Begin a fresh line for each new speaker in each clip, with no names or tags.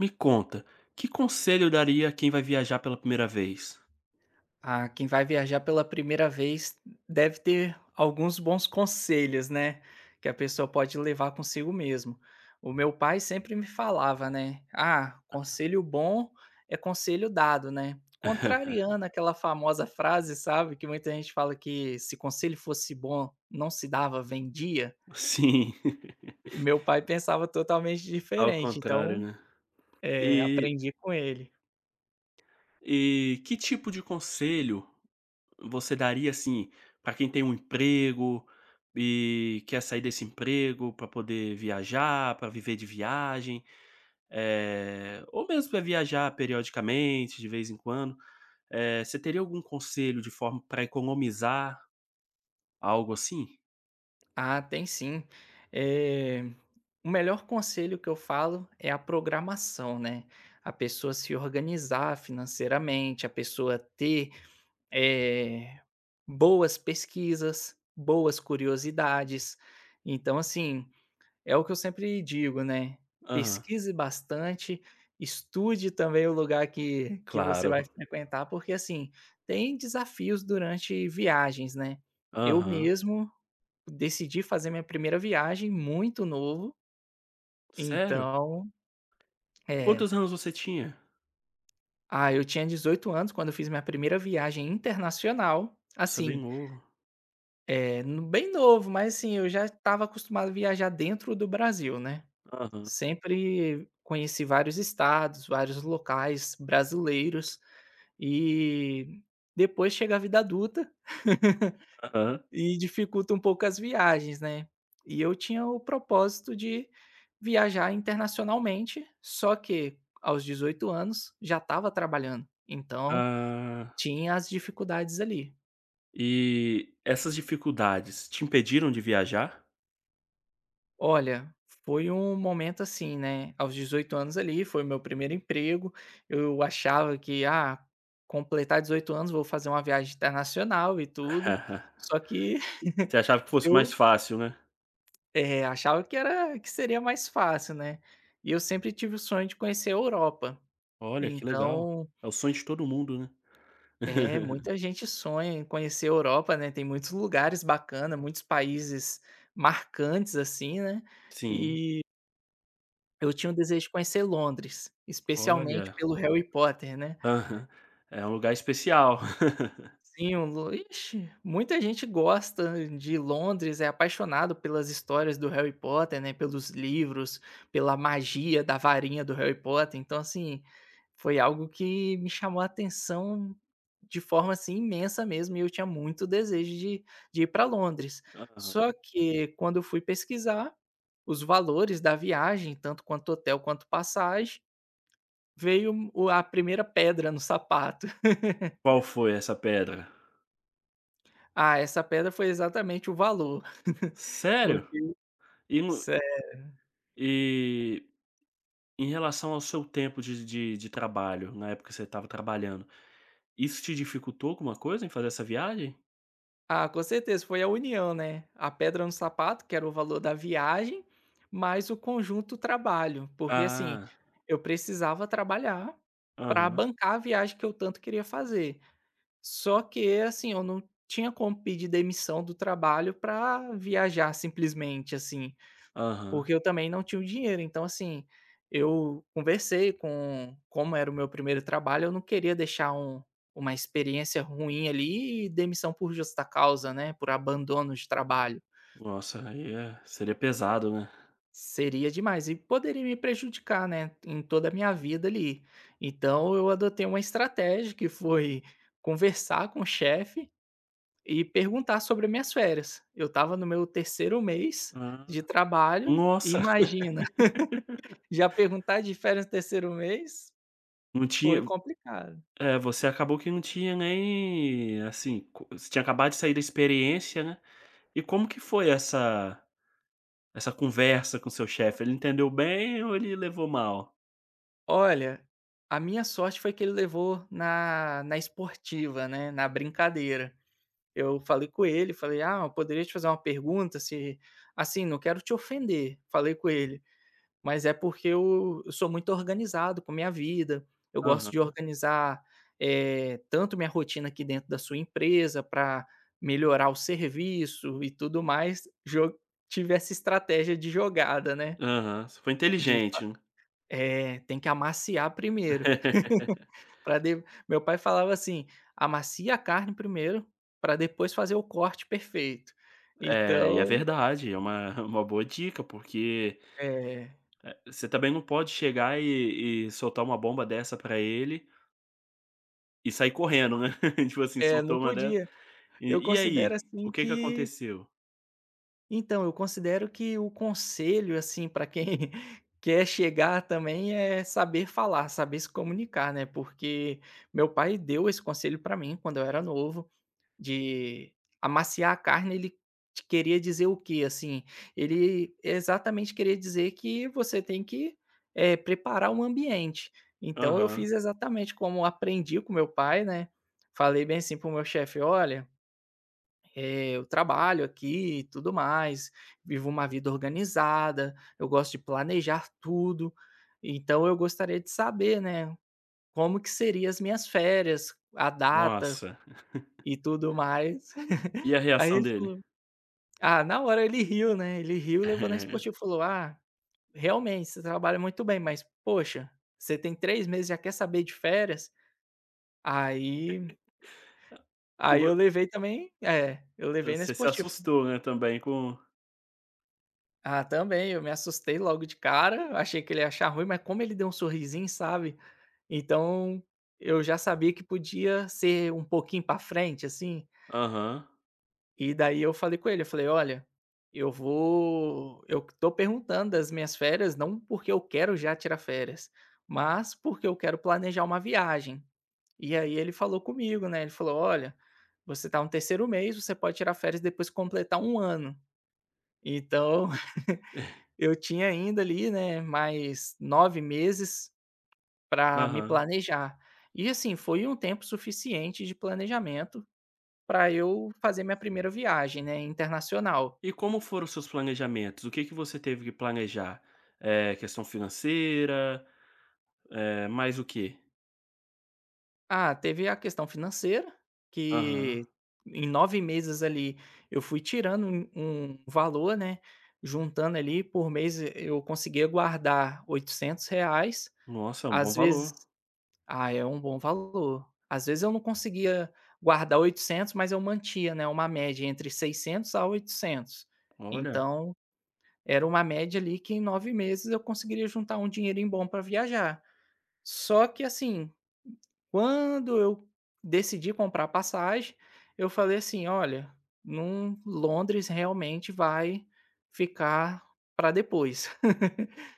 Me conta, que conselho eu daria a quem vai viajar pela primeira vez?
Ah, quem vai viajar pela primeira vez deve ter alguns bons conselhos, né, que a pessoa pode levar consigo mesmo. O meu pai sempre me falava, né: "Ah, conselho bom é conselho dado", né, contrariando aquela famosa frase, sabe, que muita gente fala que se conselho fosse bom não se dava, vendia.
Sim,
E meu pai pensava totalmente
ao
diferente,
contrário,
então,
né. E
aprendi com ele.
e que tipo de conselho você daria, assim, para quem tem um emprego e quer sair desse emprego para poder viajar, para viver de viagem, ou mesmo para viajar periodicamente, de vez em quando, você teria algum conselho de forma para economizar, algo assim?
Ah, tem sim. Eh O melhor conselho que eu falo é a programação, né. A pessoa se organizar financeiramente, a pessoa ter, eh, boas pesquisas, boas curiosidades. Então, assim, é o que eu sempre digo, né,
Aham.
pesquise bastante, estude também o lugar que você vai
Claro.
frequentar, porque, assim, tem desafios durante viagens, né. Eu
Aham.
mesmo decidi fazer minha primeira viagem muito novo,
Sério?
então
E
é.
quantos anos você tinha?
Ah, eu tinha 18 anos quando eu fiz minha primeira viagem internacional,
Você é bem
assim,
novo.
no bem novo, mas assim, eu já estava acostumado a viajar dentro do Brasil, né.
Aham,
Sempre conheci vários estados, vários locais brasileiros, e depois chega a vida adulta
aham.
e dificulta um pouco as viagens, né. E eu tinha o propósito de viajar internacionalmente, só que aos 18 anos já estava trabalhando, então
Ah,
tinha as dificuldades ali.
e essas dificuldades te impediram de viajar?
Olha, foi um momento assim, né, aos 18 anos ali, foi o meu primeiro emprego, eu achava que, ah, completar 18 anos vou fazer uma viagem internacional e tudo, só que
Você achava que fosse
eu,
mais fácil, né?
eh, achava que seria mais fácil, né. E eu sempre tive o sonho de conhecer a Europa,
Olha, que legal.
então
É o sonho de todo mundo, né?
é, muita gente sonha em conhecer a Europa, né, tem muitos lugares bacanas, muitos países marcantes, assim, né,
Sim,
e eu tinha um desejo de conhecer Londres, especialmente
olha.
pelo Harry Potter, né.
Aham. É um lugar especial.
Sim, muita gente gosta de Londres, é apaixonado pelas histórias do Harry Potter, né, pelos livros, pela magia da varinha do Harry Potter, então assim, foi algo que me chamou a atenção de forma, assim, imensa mesmo e eu tinha muito desejo de ir pra Londres.
Aham.
Só que quando eu fui pesquisar os valores da viagem, tanto quanto hotel quanto passagem, veio o a primeira pedra no sapato.
Qual foi essa pedra?
Ah, essa pedra foi exatamente o valor.
Sério?
Porque
E no
sério.
e em relação ao seu tempo de trabalho, na época que você estava trabalhando, isso te dificultou alguma coisa em fazer essa viagem?
Ah, com certeza, foi a união, né, a pedra no sapato, que era o valor da viagem, mais o conjunto trabalho, porque, assim,
Ah,
eu precisava trabalhar para
aham,
bancar a viagem que eu tanto queria fazer. Só que, assim, eu não tinha como pedir demissão do trabalho para viajar simplesmente, assim.
aham.
Porque eu também não tinha o dinheiro, então assim, eu conversei com como era o meu primeiro trabalho, eu não queria deixar uma experiência ruim ali e demissão por justa causa, né, por abandono de trabalho.
Nossa, aí seria pesado, né.
Seria demais e poderia me prejudicar, né, em toda a minha vida ali. Então eu adotei uma estratégia que foi conversar com o chefe e perguntar sobre minhas férias. Eu estava no meu terceiro mês
Ah,
de trabalho, e
nossa,
imagina. Já perguntar de férias no terceiro mês
não
foi
tinha
complicado.
é, você acabou que não tinha nem, assim, co você tinha acabado de sair da experiência, né. E como que foi essa conversa com seu chefe? Ele entendeu bem ou ele levou mal?
Olha, a minha sorte foi que ele levou na esportiva, né, na brincadeira. Eu falei com ele, falei: "Ah, eu poderia te fazer uma pergunta se assim, não quero te ofender", falei com ele. Mas é porque eu sou muito organizado com a minha vida, eu gosto de
Aham,
organizar, tanto minha rotina aqui dentro da sua empresa para melhorar o serviço e tudo mais, jo tive essa estratégia de jogada, né,
aham. Você foi
de fa
inteligente, né.
é, tem que amaciar primeiro, pra de meu pai falava assim: "Amacia a carne primeiro, para depois fazer o corte perfeito".
É, e é
Então
verdade, é uma uma boa dica, porque,
é,
você também não pode chegar e soltar uma bomba dessa pra ele. E saí correndo, né. Tipo assim,
é, não
soltou uma dela.
podia. Eu
"E
considero
aí?
assim
O que que
que
aconteceu?"
então, eu considero que o conselho, assim, para quem quer chegar também é saber falar, saber se comunicar, né, porque meu pai deu esse conselho para mim quando eu era novo, de amaciar a carne, ele te queria dizer o quê, assim? Ele exatamente queria dizer que você tem que, preparar um ambiente. Então eu
Aham.
fiz exatamente como aprendi com meu pai, né, falei bem assim pro meu chefe: "Olha, eu trabalho aqui e tudo mais, vivo uma vida organizada, eu gosto de planejar tudo. Então eu gostaria de saber, né, como que seriam as minhas férias, a data
Nossa.
e tudo mais".
E a
Aí
reação
ele
dele?
falou ah, na hora ele riu, né, ele riu, levou na esportiva e falou: "Ah, realmente você trabalha muito bem, mas poxa, você tem 3 meses e já quer saber de férias?" Aí
E
aí
vo
eu levei também é, eu
ah,
levei na
você se
esportiva.
assustou, né, também com.
Ah, também, eu me assustei logo de cara, achei que ele ia achar ruim, mas como ele deu um sorrisinho, sabe, então eu já sabia que podia ser um pouquinho pra frente, assim,
Aham,
e daí eu falei com ele, eu falei: "Olha, eu vou eu tô perguntando das minhas férias não porque eu quero já tirar férias, mas porque eu quero planejar uma viagem". E aí ele falou comigo, né, ele falou: "Olha, você tá no terceiro mês, você pode tirar férias depois que completar um ano". Então eu tinha ainda ali, né, mais 9 meses para me
aham.
planejar. E assim, foi um tempo suficiente de planejamento para eu fazer minha primeira viagem, né, internacional.
E como foram os seus planejamentos? O que que você teve que planejar? Questão financeira, mais o quê?
Ah, teve a questão financeira,
Aham.
que em 9 meses ali eu fui tirando um valor, né, juntando ali, por mês eu conseguia guardar R$ 800.
Nossa, é um
Às
bom
vezes
valor.
ah, é um bom valor. Às vezes eu não conseguia guardar 800, mas eu mantia, né, uma média entre 600 a 800.
Olha.
Então, era uma média ali que em 9 meses eu conseguiria juntar um dinheirinho bom para viajar. Só que assim, quando eu decidi comprar passagem, eu falei assim: "Olha, não Londres realmente vai ficar para depois",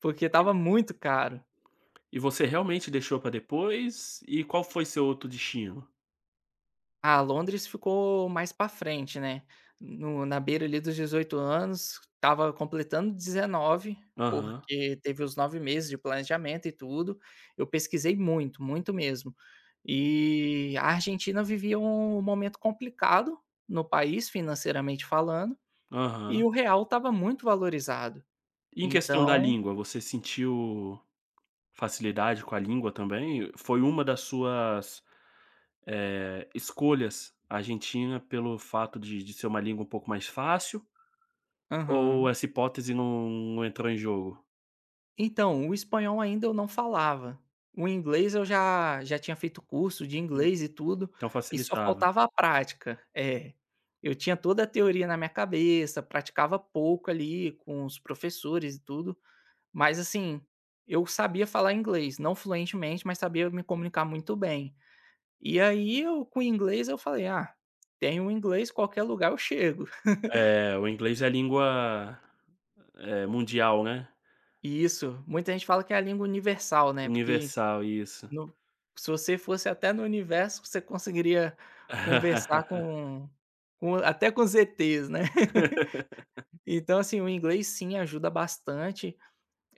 porque estava muito caro.
E você realmente deixou pra depois? E qual foi seu outro destino?
Ah, Londres ficou mais pra frente, né, no na beira ali dos 18 anos, estava completando 19,
Aham,
porque teve os 9 meses de planejamento e tudo. Eu pesquisei muito, muito mesmo. E a Argentina vivia um momento complicado no país, financeiramente falando, e
aham.
o real estava muito valorizado.
E em questão da
Então
língua, você sentiu facilidade com a língua também? Foi uma das suas, escolhas a Argentina pelo fato de ser uma língua um pouco mais fácil, ou
aham.
essa hipótese não entrou em jogo?
Então, o espanhol ainda eu não falava. O inglês eu já já tinha feito curso de
Hum,
inglês e tudo,
então
e só
facilitava.
faltava a prática. É. Eu tinha toda a teoria na minha cabeça, praticava pouco ali com os professores e tudo, mas assim, eu sabia falar inglês, não fluentemente, mas sabia me comunicar muito bem. E aí eu com o inglês eu falei: "Ah, tenho inglês, qualquer lugar eu chego".
É, o inglês é a língua, mundial, né.
Isso, muita gente fala que é a língua universal, né, porque
Universal, isso.
No se você fosse até no universo, você conseguiria conversar com até com os ETs, né. Então, assim, o inglês sim ajuda bastante,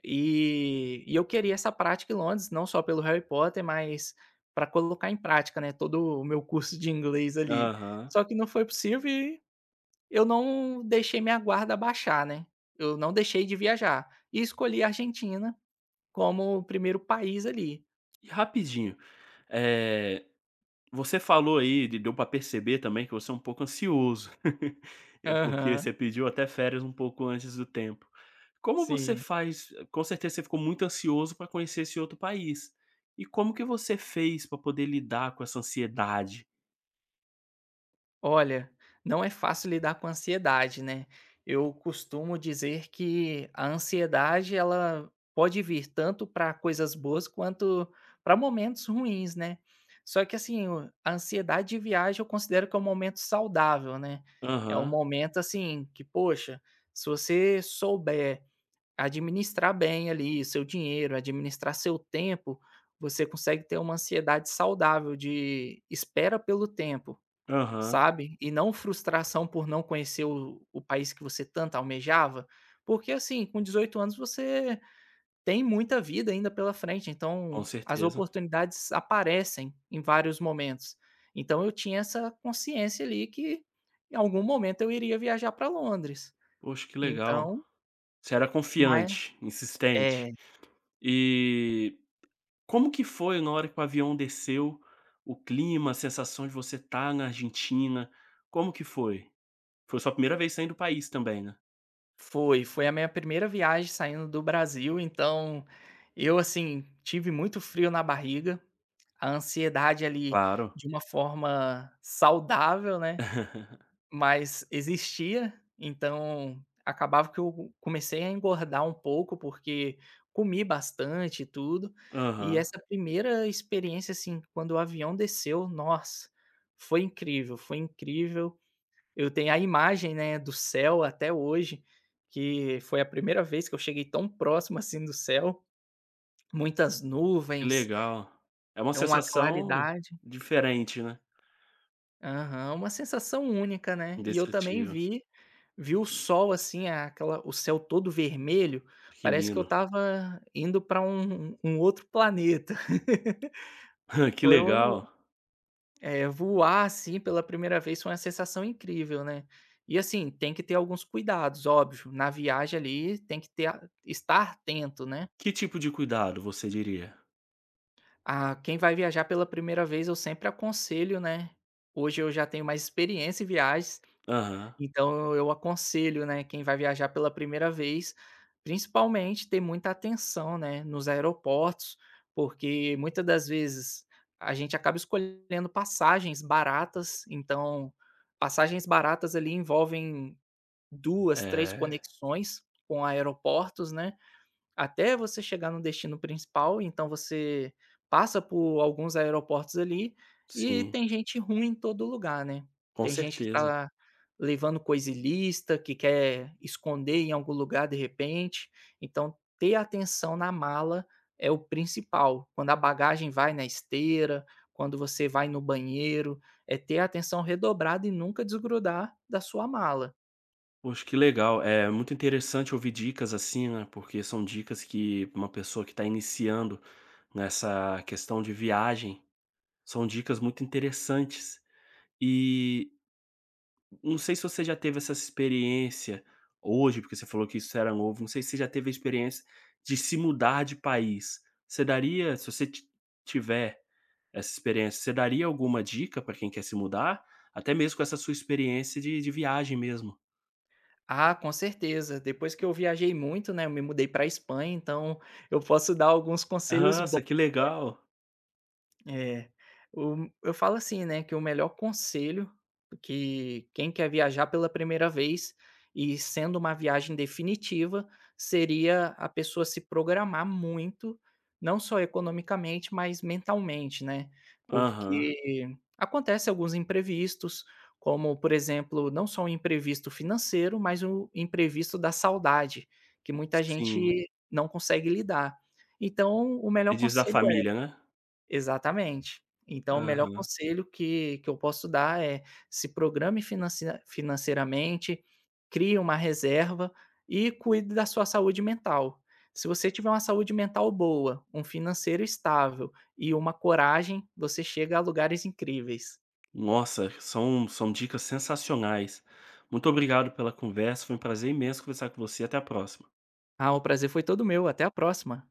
e eu queria essa prática em Londres, não só pelo Harry Potter, mas para colocar em prática, né, todo o meu curso de inglês ali.
Aham.
Só que não foi possível e eu não deixei minha guarda baixar, né, eu não deixei de viajar, e escolhi a Argentina como o primeiro país ali.
E rapidinho, eh Você falou aí, de deu para perceber também que você é um pouco ansioso, porque
Aham,
você pediu até férias um pouco antes do tempo. Como você
sim.
faz, com certeza você ficou muito ansioso para conhecer esse outro país. E como que você fez para poder lidar com essa ansiedade?
Olha, não é fácil lidar com a ansiedade, né. Eu costumo dizer que a ansiedade ela pode vir tanto para coisas boas quanto para momentos ruins, né. Só que assim, o a ansiedade de viagem eu considero que é um momento saudável, né. É um
Aham,
momento assim que, poxa, se você souber administrar bem ali seu dinheiro, administrar seu tempo, você consegue ter uma ansiedade saudável de espera pelo tempo.
aham,
Sabe, e não frustração por não conhecer o país que você tanto almejava, porque assim, com 18 anos você tem muita vida ainda pela frente, então
com
as
certeza.
oportunidades aparecem em vários momentos. Então eu tinha essa consciência ali que em algum momento eu iria viajar para Londres.
Poxa, que legal.
Então,
Você era
mas
confiante, insistente.
é,
E como que foi na hora que o avião desceu, o clima, a sensação de você estar na Argentina, como que foi? Foi sua primeira vez saindo do país também, né?
foi a minha primeira viagem saindo do Brasil, então eu, assim, tive muito frio na barriga, a ansiedade ali
Claro.
de uma forma saudável, né, mas existia, então acabava que eu comecei a engordar um pouco, porque comi bastante e tudo. E
Aham,
essa primeira experiência, assim, quando o avião desceu, nossa, foi incrível, foi incrível. Eu tenho a imagem, né, do céu até hoje, que foi a primeira vez que eu cheguei tão próximo assim do céu, muitas
que
nuvens,
legal. É uma
é uma
sensação
claridade.
diferente, né,
Aham, uma sensação única, né. E eu também
indescritível.
vi o sol, assim, a- aquela o céu todo vermelho,
Que
parece que eu
lindo.
estava indo para um outro planeta.
Que
Foi o
legal.
é, voar, assim, pela primeira vez foi uma sensação incrível, né. E, assim, tem que ter alguns cuidados, óbvio, na viagem ali tem que ter a estar atento, né.
Que tipo de cuidado você diria?
Ah, quem vai viajar pela primeira vez eu sempre aconselho, né, hoje eu já tenho mais experiência em viagens,
Aham.
então eu aconselho, né, quem vai viajar pela primeira vez, principalmente ter muita atenção, né, nos aeroportos, porque muitas das vezes a gente acaba escolhendo passagens baratas, então passagens baratas ali envolvem duas, 3
É,
conexões com aeroportos, né. Até você chegar no destino principal, então você passa por alguns aeroportos ali, e
sim,
tem gente ruim em todo lugar, né.
com
Tem gente que
certeza.
tá levando coisa ilícita, que quer esconder em algum lugar de repente, então ter atenção na mala é o principal. Quando a bagagem vai na esteira, quando você vai no banheiro, é ter atenção redobrada e nunca desgrudar da sua mala.
Poxa, que legal. É muito interessante ouvir dicas assim, né, porque são dicas que uma pessoa que está iniciando nessa questão de viagem, são dicas muito interessantes. E não sei se você já teve essa experiência hoje, porque você falou que isso era novo, não sei se você já teve a experiência de se mudar de país. Você daria, se você ti tiver essa experiência, você daria alguma dica para quem quer se mudar? Até mesmo com essa sua experiência de viagem mesmo.
Ah, com certeza. Depois que eu viajei muito, né, eu me mudei pra Espanha, então eu posso dar alguns conselhos
Nossa, que legal.
é, o eu falo assim, né, que o melhor conselho que quem quer viajar pela primeira vez e sendo uma viagem definitiva, seria a pessoa se programar muito, não só economicamente, mas mentalmente, né.
Aham,
Porque acontece alguns imprevistos, como, por exemplo, não só o imprevisto financeiro, mas o imprevisto da saudade, que muita
sim.
gente não consegue lidar. Então, o melhor
Pedidos da
conselho é
família, né?
exatamente. Então o melhor
Aham.
conselho que eu posso dar é: se programe financeiramente, crie uma reserva e cuide da sua saúde mental. Se você tiver uma saúde mental boa, um financeiro estável e uma coragem, você chega a lugares incríveis.
Nossa, são dicas sensacionais. Muito obrigado pela conversa, foi um prazer imenso conversar com você, até a próxima.
Ah, o prazer foi todo meu, até a próxima.